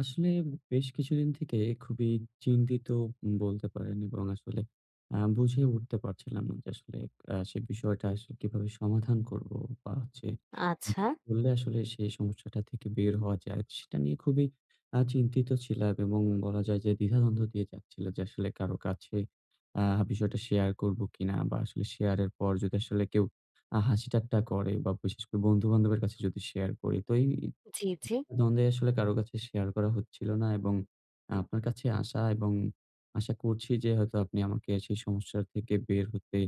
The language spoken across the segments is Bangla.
আসলে বেশ কিছুদিন থেকে খুবই চিন্তিত বলতে পারেন, এবং আসলে বুঝে উঠতে পারছিলাম না যে আসলে সে বিষয়টা আসলে কিভাবে সমাধান করব বা হচ্ছে আচ্ছা। করলে আসলে সেই সমস্যাটা থেকে বের হওয়া যায়। সেটা নিয়ে খুবই চিন্তিত ছিলাম, এবং বলা যায় যে দ্বিধাদ্বন্দ্ব দিয়ে যাচ্ছিল যে আসলে কারো কাছে আ বিষয়টা শেয়ার করব কিনা, বা আসলে শেয়ারের পর যদি আসলে কেউ হাসি ঠাট্টা করে, বা বিশেষ করে বন্ধু-বান্ধবের কাছে যদি শেয়ার করি, তো এই জি, জি। দ্বন্দ্বে আসলে কারো কাছে শেয়ার করা হচ্ছিল না। এবং আপনার কাছে আসা এবং আশা করছি যে হয়তো আপনি আমাকে সেই সমস্যা থেকে বের হতে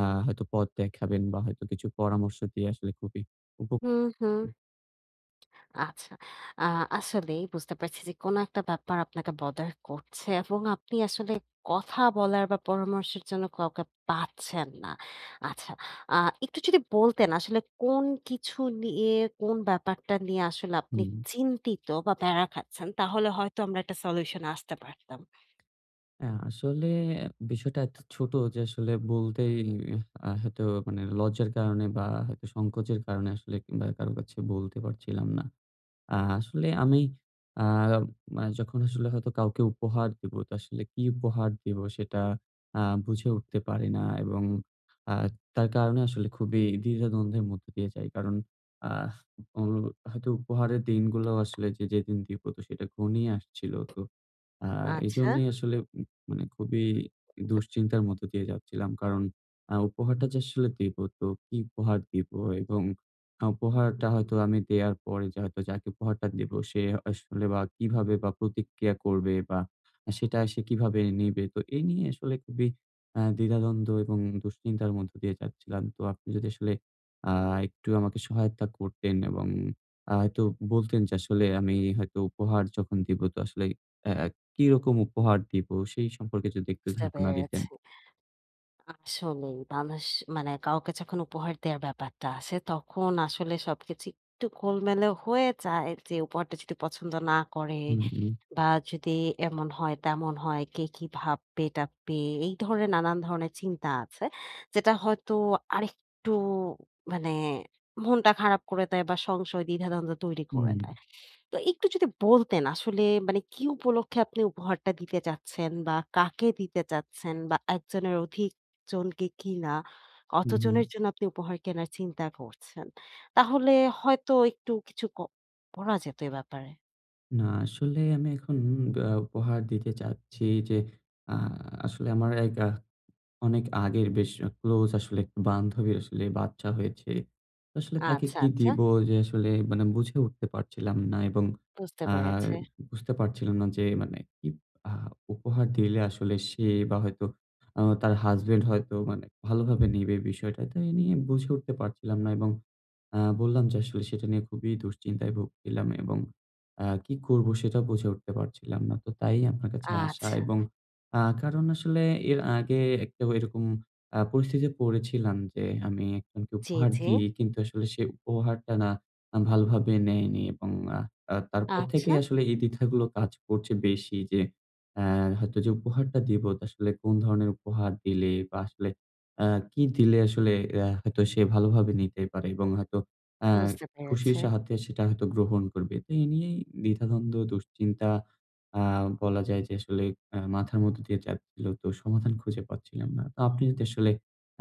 আ হয়তো পথ দেখাবেন, বা হয়তো কিছু পরামর্শ দিয়ে আসলে খুবই উপ হুম, হুম। আচ্ছা। আ আসলেই বুঝতে পারছি যে কোনো একটা ব্যাপার আপনাকে bother করছে এবং আপনি আসলে কথা বলার বা পরামর্শের জন্য কাউকে পাচ্ছেন না। আচ্ছা, আ একটু যদি বলতেন আসলে কোন কিছু নিয়ে, কোন ব্যাপারটা নিয়ে আসলে আপনি হুম। চিন্তিত বা প্যারা খাচ্ছেন তাহলে হয়তো আমরা একটা সলিউশন এ আসতে পারতাম। আসলে বিষয়টা এত ছোট যে আসলে বলতেই হয়তো মানে লজ্জার কারণে, বা হয়তো সংকোচের কারণে আসলে, কিংবা কারো কাছে বলতে পারছিলাম না। আসলে আমি আ মা যখন আসলে হয়তো কাউকে উপহার দিব, তো আসলে কি উপহার দিব সেটা আ বুঝে উঠতে পারি না। এবং আ তার কারণে আসলে খুবই দ্বিধাদ্বন্দ্বের মধ্য দিয়ে যাই। কারণ আহ ও হয়তো উপহারের দিনগুলো আসলে যে যেদিন দিব, তো সেটা ঘনিয়ে আসছিল। তো আ আচ্ছা, এজন্যই আসলে মানে খুবই দুশ্চিন্তার মধ্য দিয়ে যাচ্ছিলাম। কারণ উপহারটা যে আসলে দিব, তো কি উপহার দিব? এবং উপহারটা হয়তো আমি দেয়ার পরে, যে হয়তো যাকে উপহারটা দেব সে আসলে বা কিভাবে বা প্রতিক্রিয়া করবে, বা সেটা সে কিভাবে নিবে? তো এই নিয়ে আসলে খুবই দ্বিধাদ্বন্দ্ব এবং দুশ্চিন্তার মধ্য দিয়ে যাচ্ছিলাম। তো আপনি যদি আসলে আ একটু আমাকে সহায়তা করতেন, এবং হয়তো বলতেন যে আসলে আমি হয়তো উপহার যখন দিব, তো আসলে অ্যা কিরকম উপহার দিব সেই সম্পর্কে যদি একটু বুঝতে ধারণা দিতেন। পেরেছি। আসলেই মানুষ মানে কাউকে যখন উপহার দেওয়ার ব্যাপারটা আসে তখন আসলে সবকিছু একটু গোলমেলে হয়ে যায় যে উপহারটা যদি পছন্দ না করে হুম, হুম, বা যদি এমন হয় তেমন হয় কে কি ভাববে টাববে এই ধরনের নানান ধরনের চিন্তা আছে যেটা হয়তো আরেকটু মানে মনটা খারাপ করে দেয় বা সংশয় দ্বিধাদ্বন্দ্ব তৈরি করে হুম, দেয়। তো একটু যদি বলতেন আসলে মানে কি উপলক্ষে আপনি উপহারটা দিতে চাচ্ছেন বা কাকে দিতে চাচ্ছেন বা একজনের অধিক জনকে কিনা হুম, হুম। কতজনের জন্য আপনি উপহার কেনার চিন্তা করছেন? তাহলে হয়তো একটু কিছু করা যেত এ ব্যাপারে। না, আসলে আমি এখন উপহার দিতে চাচ্ছি যে আ আসলে আমার এক অনেক আগের বেশ ক্লোজ আসলে একটা বান্ধবীর আসলে বাচ্চা হয়েছে। তো আসলে তাকে আচ্ছা, কি আচ্ছা, দিব, যে আসলে মানে বুঝে উঠতে পারছিলাম না। এবং বুঝতে আ পেরেছি। বুঝতে পারছিলাম না যে মানে কি আ উপহার দিলে আসলে সে বা হয়তো তার হাসব্যান্ড হয়তো মানে ভালোভাবে নিবে বিষয়টা। তো এ নিয়ে বুঝে উঠতে পারছিলাম না, এবং বললাম যে আসলে সেটা নিয়ে খুবই দুশ্চিন্তায় ভুগছিলাম, এবং কি করব সেটাও বুঝে উঠতে পারছিলাম না। তো তাই আপনার কাছে আসা, আচ্ছা, এবং কারণ আসলে এর আগে একটা এরকম পরিস্থিতিতে পড়েছিলাম যে, আমি একজনকে জি, উপহার জি। দিই, কিন্তু আসলে সে উপহারটা না ভালোভাবে নেয়নি। এবং আ আ তারপর আচ্ছা, থেকেই আসলে এই দ্বিধাগুলো কাজ করছে বেশি যে, অ্যা হয়তো যে উপহারটা দিব তা আসলে কোন ধরনের উপহার দিলে, বা আসলে আ কি দিলে আসলে হয়তো সে ভালোভাবে নিতে পারে এবং হয়তো আ বুঝতে খুশির পেরেছি। সাথে সেটা হয়তো গ্রহণ করবে। তো এ নিয়েই দ্বিধাদ্বন্দ্ব, দুশ্চিন্তা আ বলা যায় যে আসলে মাথার মধ্য দিয়ে যাচ্ছিল। তো সমাধান খুঁজে পাচ্ছিলাম না। তো আপনি যদি আসলে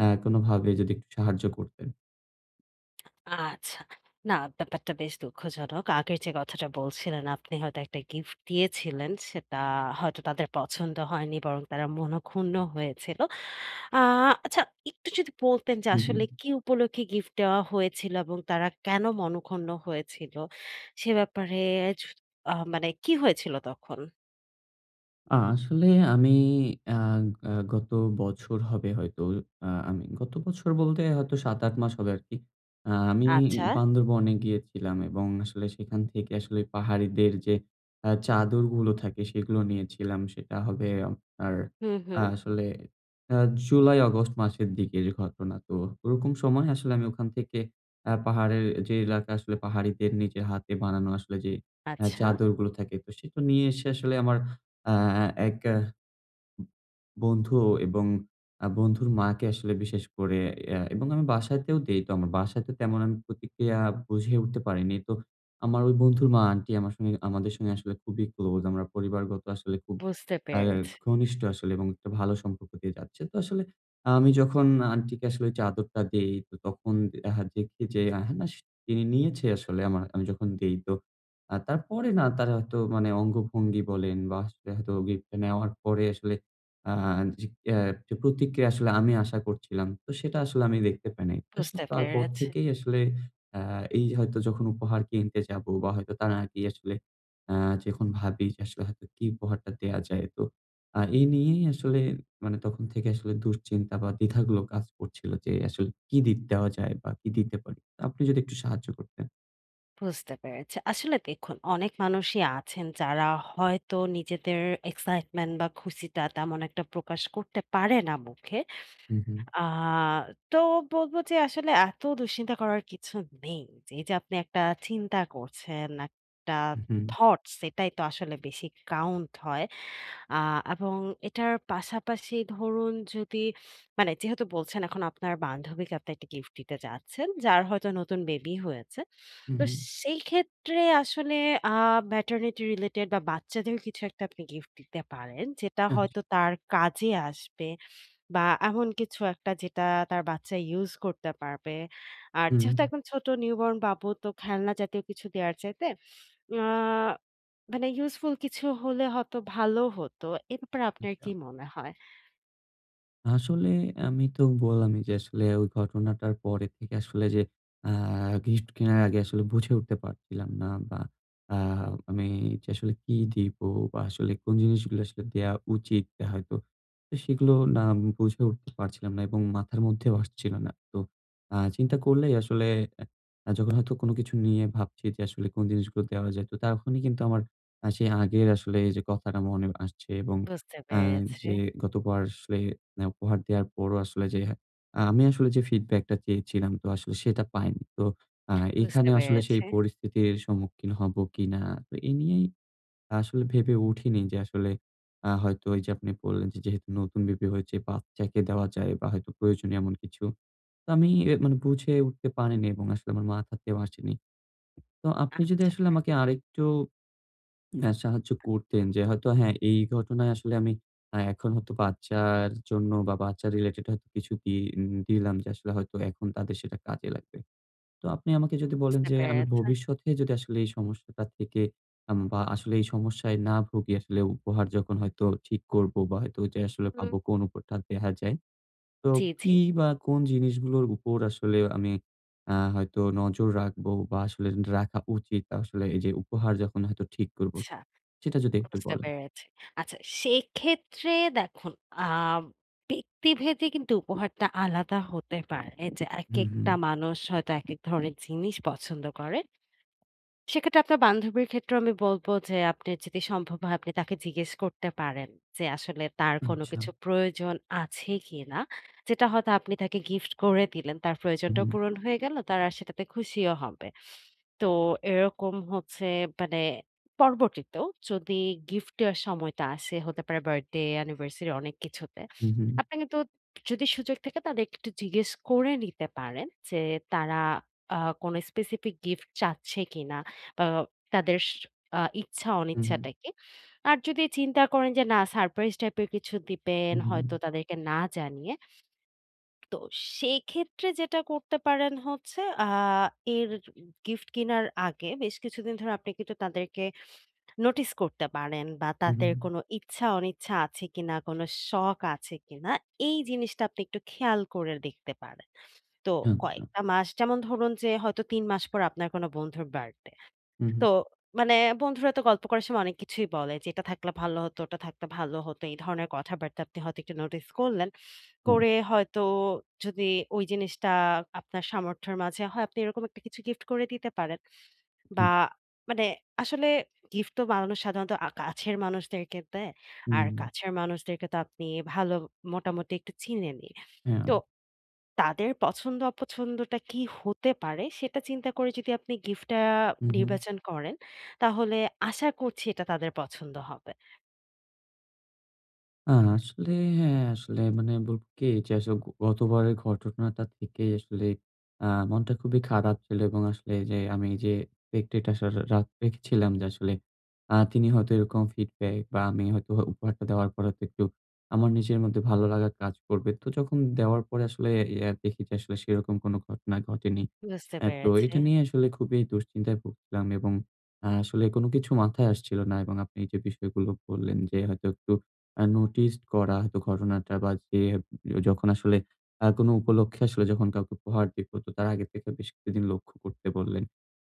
কোনভাবে যদি একটু সাহায্য করতেন। আচ্ছা। না, ব্যাপারটা বেশ দুঃখজনক। আগের যে কথাটা বলছিলেন আপনি হয়তো একটা গিফট দিয়েছিলেন সেটা হয়তো তাদের পছন্দ হয়নি, বরং তারা মনঃক্ষুণ্ণ হয়েছিল। আ আচ্ছা, একটু যদি বলতেন যে হু, হু। আসলে কি উপলক্ষে গিফট দেওয়া হয়েছিল এবং তারা কেন মনঃক্ষুণ্ণ হয়েছিল? সে ব্যাপারে য মানে কি হয়েছিল তখন? আসলে আমি আ আ গত বছর হবে হয়তো, আমি গত বছর বলতে হয়তো ৭-৮ মাস হবে আরকি। আমি আচ্ছা। বান্দরবনে গিয়েছিলাম, এবং আসলে সেখান থেকে আসলে পাহাড়িদের যে চাদরগুলো থাকে সেগুলো নিয়েছিলাম। সেটা হবে আপনার হুম, হুম। আসলে আ জুলাই-আগস্ট মাসের দিকের ঘটনা। তো ওরকম সময় আসলে আমি ওখান থেকে পাহাড়ের যে এলাকা আসলে পাহাড়িদের নিজের হাতে বানানো আসলে যে আচ্ছা। চাদরগুলো থাকে, তো সেটা নিয়ে এসে আসলে আমার আ এক বন্ধু এবং বন্ধুর মাকে আসলে বিশেষ করে এবং আমি বাসাতেও দেই। তো আমার বাসাতে তেমন আমি প্রতিক্রিয়া বুঝে উঠতে পারিনি। তো আমার ওই বন্ধুর মা আন্টি আমার সঙ্গে আমাদের সঙ্গে আসলে খুবই ক্লোজ। আমরা পরিবারগত আসলে খুব বুঝতে আ পেরেছি, ঘনিষ্ঠ আসলে, এবং একটা ভালো সম্পর্ক দিয়ে যাচ্ছে। তো আসলে আমি যখন আন্টিকে আসলে ওই চাদরটা দেই, তো তখন দেখি যে না তিনি নিয়েছে আসলে আমার, আমি যখন দেই। তো তারপরে না তারা হয়তো মানে অঙ্গভঙ্গি বলেন, বা আসলে হয়তো গিফটটা নেওয়ার পরে আসলে আ যে যে প্রতিক্রিয়া আসলে আমি আশা করছিলাম, তো সেটা আসলে আমি দেখতে পাই নাই। তো আসলে বুঝতে তারপর পেরেছি। থেকেই আসলে অ্যা এই যে হয়তো যখন উপহার কিনতে যাবো, বা হয়তো তার আগেই আসলে আ যখন ভাবি যে আসলে হয়তো কি উপহারটা দেয়া যায়। তো এই নিয়েই আসলে মানে তখন থেকে আসলে দুশ্চিন্তা বা দ্বিধাগুলো কাজ করছিল যে আসলে কি দেওয়া যায়, বা কি দিতে পারি। তো আপনি যদি একটু সাহায্য করতেন। বুঝতে পেরেছি। আসলে দেখুন অনেক মানুষই আছেন যারা হয়তো নিজেদের এক্সাইটমেন্ট বা খুশিটা তেমন একটা প্রকাশ করতে পারে না মুখে। হু, হু, আ তো বলব যে আসলে এত দুশ্চিন্তা করার কিছু নেই। এই যে আপনি একটা চিন্তা করছেন, একটা থটস এটাই তো আসলে বেশি কাউন্ট হয়। আ এবং এটার পাশাপাশি ধরুন যদি মানে যেহেতু বলছেন এখন আপনার বান্ধবীকে আপনি একটা গিফট দিতে চাচ্ছেন, যার হয়তো নতুন বেবি হয়েছে। হু, তো হু, সেই ক্ষেত্রে আসলে আ ম্যাটারনিটি রিলেটেড বা বাচ্চাদের কিছু একটা আপনি গিফট দিতে পারেন। যেটা আচ্ছা। হয়তো তার কাজে আসবে বা এমন কিছু একটা যেটা তার বাচ্চা ইউস করতে পারবে। আর হুম, যেহেতু একদম ছোট নিউবর্ন বাবু তো খেলনা জাতীয় কিছু দেয়ার চাইতে আ মানে ইউজফুল কিছু হলে হয়তো ভালো হতো। এ ব্যাপারে আপনার আচ্ছা। কি মনে হয়? আসলে আমি তো বললামই যে আসলে ওই ঘটনাটার পরে থেকে আসলে যে আ গিফট কেনার আগে আসলে বুঝে উঠতে পারছিলাম না, বা আ আমি যে আসলে কি দিব, বা আসলে কোন জিনিসগুলো আসলে দেয়া উচিত দেয়া হয়তো। তো সেগুলো না বুঝে উঠতে পারছিলাম না, এবং মাথার মধ্যেও আসছিল না। তো চিন্তা করলেই আসলে যখন হয়তো কোনো কিছু নিয়ে ভাবছি যে আসলে কোন জিনিসগুলো দেওয়া যায়, তো তখনই কিন্তু আমার সেই আগের আসলে এই যে কথাটা মনে আসছে। এবং বুঝতে আ পেরেছি, যে গতবার আসলে মানে উপহার দেওয়ার পরও আসলে যে আমি আসলে যে ফিডব্যাকটা চেয়েছিলাম তো আসলে সেটা পাইনি। তো আ বুঝতে এখানে আসলে সেই পেরেছি। পরিস্থিতির সম্মুখীন হব কিনা? তো এ নিয়েই আসলে ভেবে উঠিনি যে আসলে হয়তো ওই যে আপনি বললেন যে যেহেতু নতুন বেবি হয়েছে বাচ্চাকে দেওয়া যায়, বা হয়তো প্রয়োজনীয় এমন কিছু। তো আমি এ মানে বুঝে উঠতে পারিনি, এবং আসলে আমার মাথাতেও আসেনি। তো আ আপনি যদি আসলে আমাকে আরেকটু না, সাহায্য করতেন যে হয়তো, হ্যাঁ, এই ঘটনায় আসলে আমি এখন হয়তো বাচ্চার জন্য, বা বাচ্চা রিলেটেড হয়তো কিছু দিলাম যে আসলে হয়তো এখন তাদের সেটা কাজে লাগবে। তো আপনি আমাকে যদি বলেন বুঝতে যে আমি পেরেছি। ভবিষ্যতে যদি আসলে এই সমস্যাটা থেকে বা আসলে এই সমস্যায় না ভুগি আসলে উপহার যখন হয়তো ঠিক করব, বা হয়তো যে আসলে হুম, পাবো কোন উপহারটা দেয়া যায়। তো জি, জি। কি বা কোন জিনিসগুলোর উপর আসলে আমি হয়তো নজর রাখবো, বা আসলে রাখা উচিত আসলে এই যে উপহার যখন হয়তো ঠিক করব? আচ্ছা, সেটা যদি একটু বুঝতে বলেন? পেরেছি। আচ্ছা, সেক্ষেত্রে দেখুন আম ব্যক্তিভেদে কিন্তু উপহারটা আলাদা হতে পারে। এই যে হুম, হুম। একেকটা মানুষ হয়তো একেক ধরনের জিনিস পছন্দ করে। সেক্ষেত্রে আপনার বান্ধবীর ক্ষেত্রেও আমি বলব যে আপনি যদি সম্ভব হয় আপনি তাকে জিজ্ঞেস করতে পারেন যে আসলে তার কোনো আচ্ছা। কিছু প্রয়োজন আছে কিনা। যেটা হয়তো আপনি তাকে গিফট করে দিলেন। তার হুম, প্রয়োজনটাও হুম, পূরণ হয়ে গেল। তার আর সেটাতে খুশিও হবে। তো এরকম হচ্ছে মানে পরবর্তীতেও যদি গিফট দেওয়ার সময়টা আসে, হতে পারে বার্থডে, অ্যানিভার্সারি অনেক কিছুতে। হুম, হুম, আপনি কিন্তু যদি সুযোগ থাকে তাদেরকে একটু জিজ্ঞেস করে নিতে পারেন যে তারা আ কোনো স্পেসিফিক গিফট চাচ্ছে কিনা? আ তাদের ইচ্ছা হুম, অনিচ্ছাটাকে। আর যদি চিন্তা করেন যে না, সারপ্রাইজ টাইপের কিছু দিবেন হুম, হয়তো তাদেরকে না জানিয়ে। তো সেক্ষেত্রে যেটা করতে পারেন হচ্ছে আ এর গিফট কিনার আগে বেশ কিছুদিন ধরে আপনি কিন্তু তাদেরকে নোটিস করতে পারেন বা হুম, তাদের কোনো ইচ্ছা অনিচ্ছা আছে কিনা, কোনো শখ আছে কিনা এই জিনিসটা আপনি একটু খেয়াল করে দেখতে পারেন। তো হুম, আচ্ছা। কয়েকটা মাস যেমন ধরুন যে হয়তো ৩ মাস পর আপনার কোনো বন্ধুর বার্থডে। হুম, তো মানে বন্ধুরা তো গল্প করার সময় অনেক কিছুই বলে যে, "এটা থাকলে ভালো হতো, ওটা থাকলে ভালো হতো।" এই ধরনের কথাবার্তা আপনি হয়তো একটু নোটিস করলেন। হুম, করে হয়তো যদি ওই জিনিসটা আপনার সামর্থ্যের মাঝে হয়, আপনি এরকম একটা কিছু গিফট করে দিতে পারেন। বা হুম, মানে আসলে গিফট তো মানুষ সাধারণত কাছের মানুষদেরকে দেয়। আর হুম, কাছের মানুষদেরকে তো আপনি ভালো, মোটামুটি একটু চিনেনই। হ্যাঁ, তো তাদের পছন্দ অপছন্দটা কি হতে পারে সেটা চিন্তা করে যদি আপনি গিফটটা হুম, হুম। নির্বাচন করেন, তাহলে আশা করছি এটা তাদের পছন্দ হবে। আ আসলে, হ্যাঁ, আসলে মানে বলবো কি যে আসলে গতবারের ঘটনাটা থেকেই আসলে আ মনটা খুবই খারাপ ছিল, এবং আসলে যে আমি যে এক্সপেক্টেড আশা রা- রাখ রেখেছিলাম যে আসলে তিনি হয়তো এরকম ফিডব্যাক, বা আমি হয়তো উপহারটা দেওয়ার পর হয়তো একটু আমার নিজের মধ্যে ভালো লাগা কাজ করবে। তো যখন দেওয়ার পরে আসলে দেখি যে আসলে সেরকম কোনো ঘটনা ঘটেনি। বুঝতে হ্যাঁ, তো পেরেছি। এটা নিয়ে আসলে খুবই দুশ্চিন্তায় ভুগছিলাম, এবং আসলে কোনো কিছু মাথায় আসছিল না। এবং আপনি যে বিষয়গুলো বললেন যে হয়তো একটু নোটিস করা হয়তো ঘটনাটা, বা যে যখন আসলে কোনো উপলক্ষে আসলে যখন কাউকে উপহার দিব, তো তার আগে থেকে বেশ কিছুদিন লক্ষ্য করতে বললেন।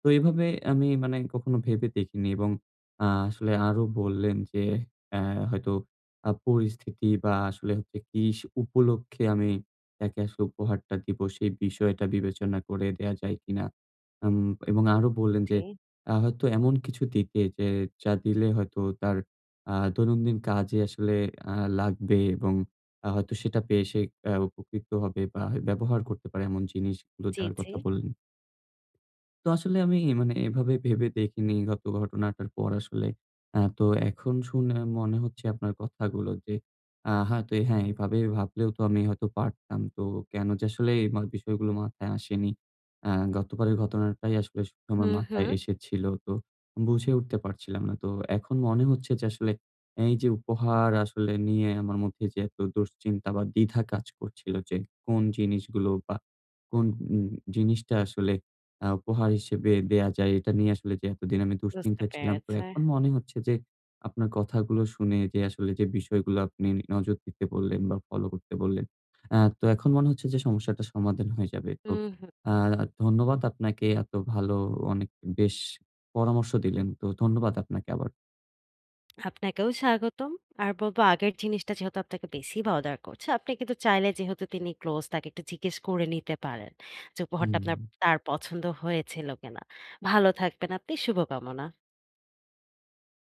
তো এভাবে আমি মানে কখনো ভেবে দেখিনি। এবং আসলে আরো বললেন যে, অ্যা হয়তো পরিস্থিতি, বা আসলে হচ্ছে কি উপলক্ষে আমি তাকে আসলে উপহারটা দিব সেই বিষয়টা বিবেচনা করে দেয়া যায় কিনা? আম এবং আরো বললেন যে, জি, হয়তো এমন কিছু দিতে যে যা দিলে হয়তো তার দৈনন্দিন কাজে আসলে লাগবে, এবং হয়তো সেটা পেয়ে সে উপকৃত হবে, বা ব্যবহার করতে পারে এমন জিনিসগুলো জি, দেওয়ার জি। কথা বললেন। তো আসলে আমি মানে এভাবে ভেবে দেখিনি গত ঘটনাটার পর আসলে। তো এখন শুনে মনে হচ্ছে আপনার কথাগুলো যে হয়তো, হ্যাঁ, এভাবে ভাবলেও তো আমি হয়তো পারতাম। তো কেন যে আসলে এই বিষয়গুলো মাথায় আসেনি। আ গতবারের ঘটনাটাই আসলে শুধু আমার হুম, মাথায় হুম। এসেছিল। তো বুঝে উঠতে পারছিলাম না। তো এখন মনে হচ্ছে যে আসলে এই যে উপহার আসলে নিয়ে আমার মধ্যে যে এত দুশ্চিন্তা বা দ্বিধা কাজ করছিল, যে কোন জিনিসগুলো বা কোন উম জিনিসটা আসলে উপহার হিসেবে দেয়া যায়, এটা নিয়ে আসলে যে এতদিন আমি বুঝতে দুশ্চিন্তায় ছিলাম। তো পেরেছি। এখন মনে হচ্ছে যে আপনার কথাগুলো শুনে যে আসলে যে বিষয়গুলো আপনি নজর দিতে বললেন বা ফলো করতে বললেন, তো এখন মনে হচ্ছে যে সমস্যাটা সমাধান হয়ে যাবে। তো হুম, হুম। আ ধন্যবাদ আপনাকে, এত ভালো, অনেক, বেশ পরামর্শ দিলেন। তো ধন্যবাদ আপনাকে আবার। আপনাকেও স্বাগতম। আর বলব আগের জিনিসটা যেহেতু আপনাকে বেশি বদার করছে, আপনি কিন্তু চাইলে যেহেতু তিনি ক্লোজ তাকে একটু জিজ্ঞেস করে নিতে পারেন যে উপহারটা হুম। আপনার তার পছন্দ হয়েছিল কিনা। ভালো থাকবেন আপনি। শুভকামনা।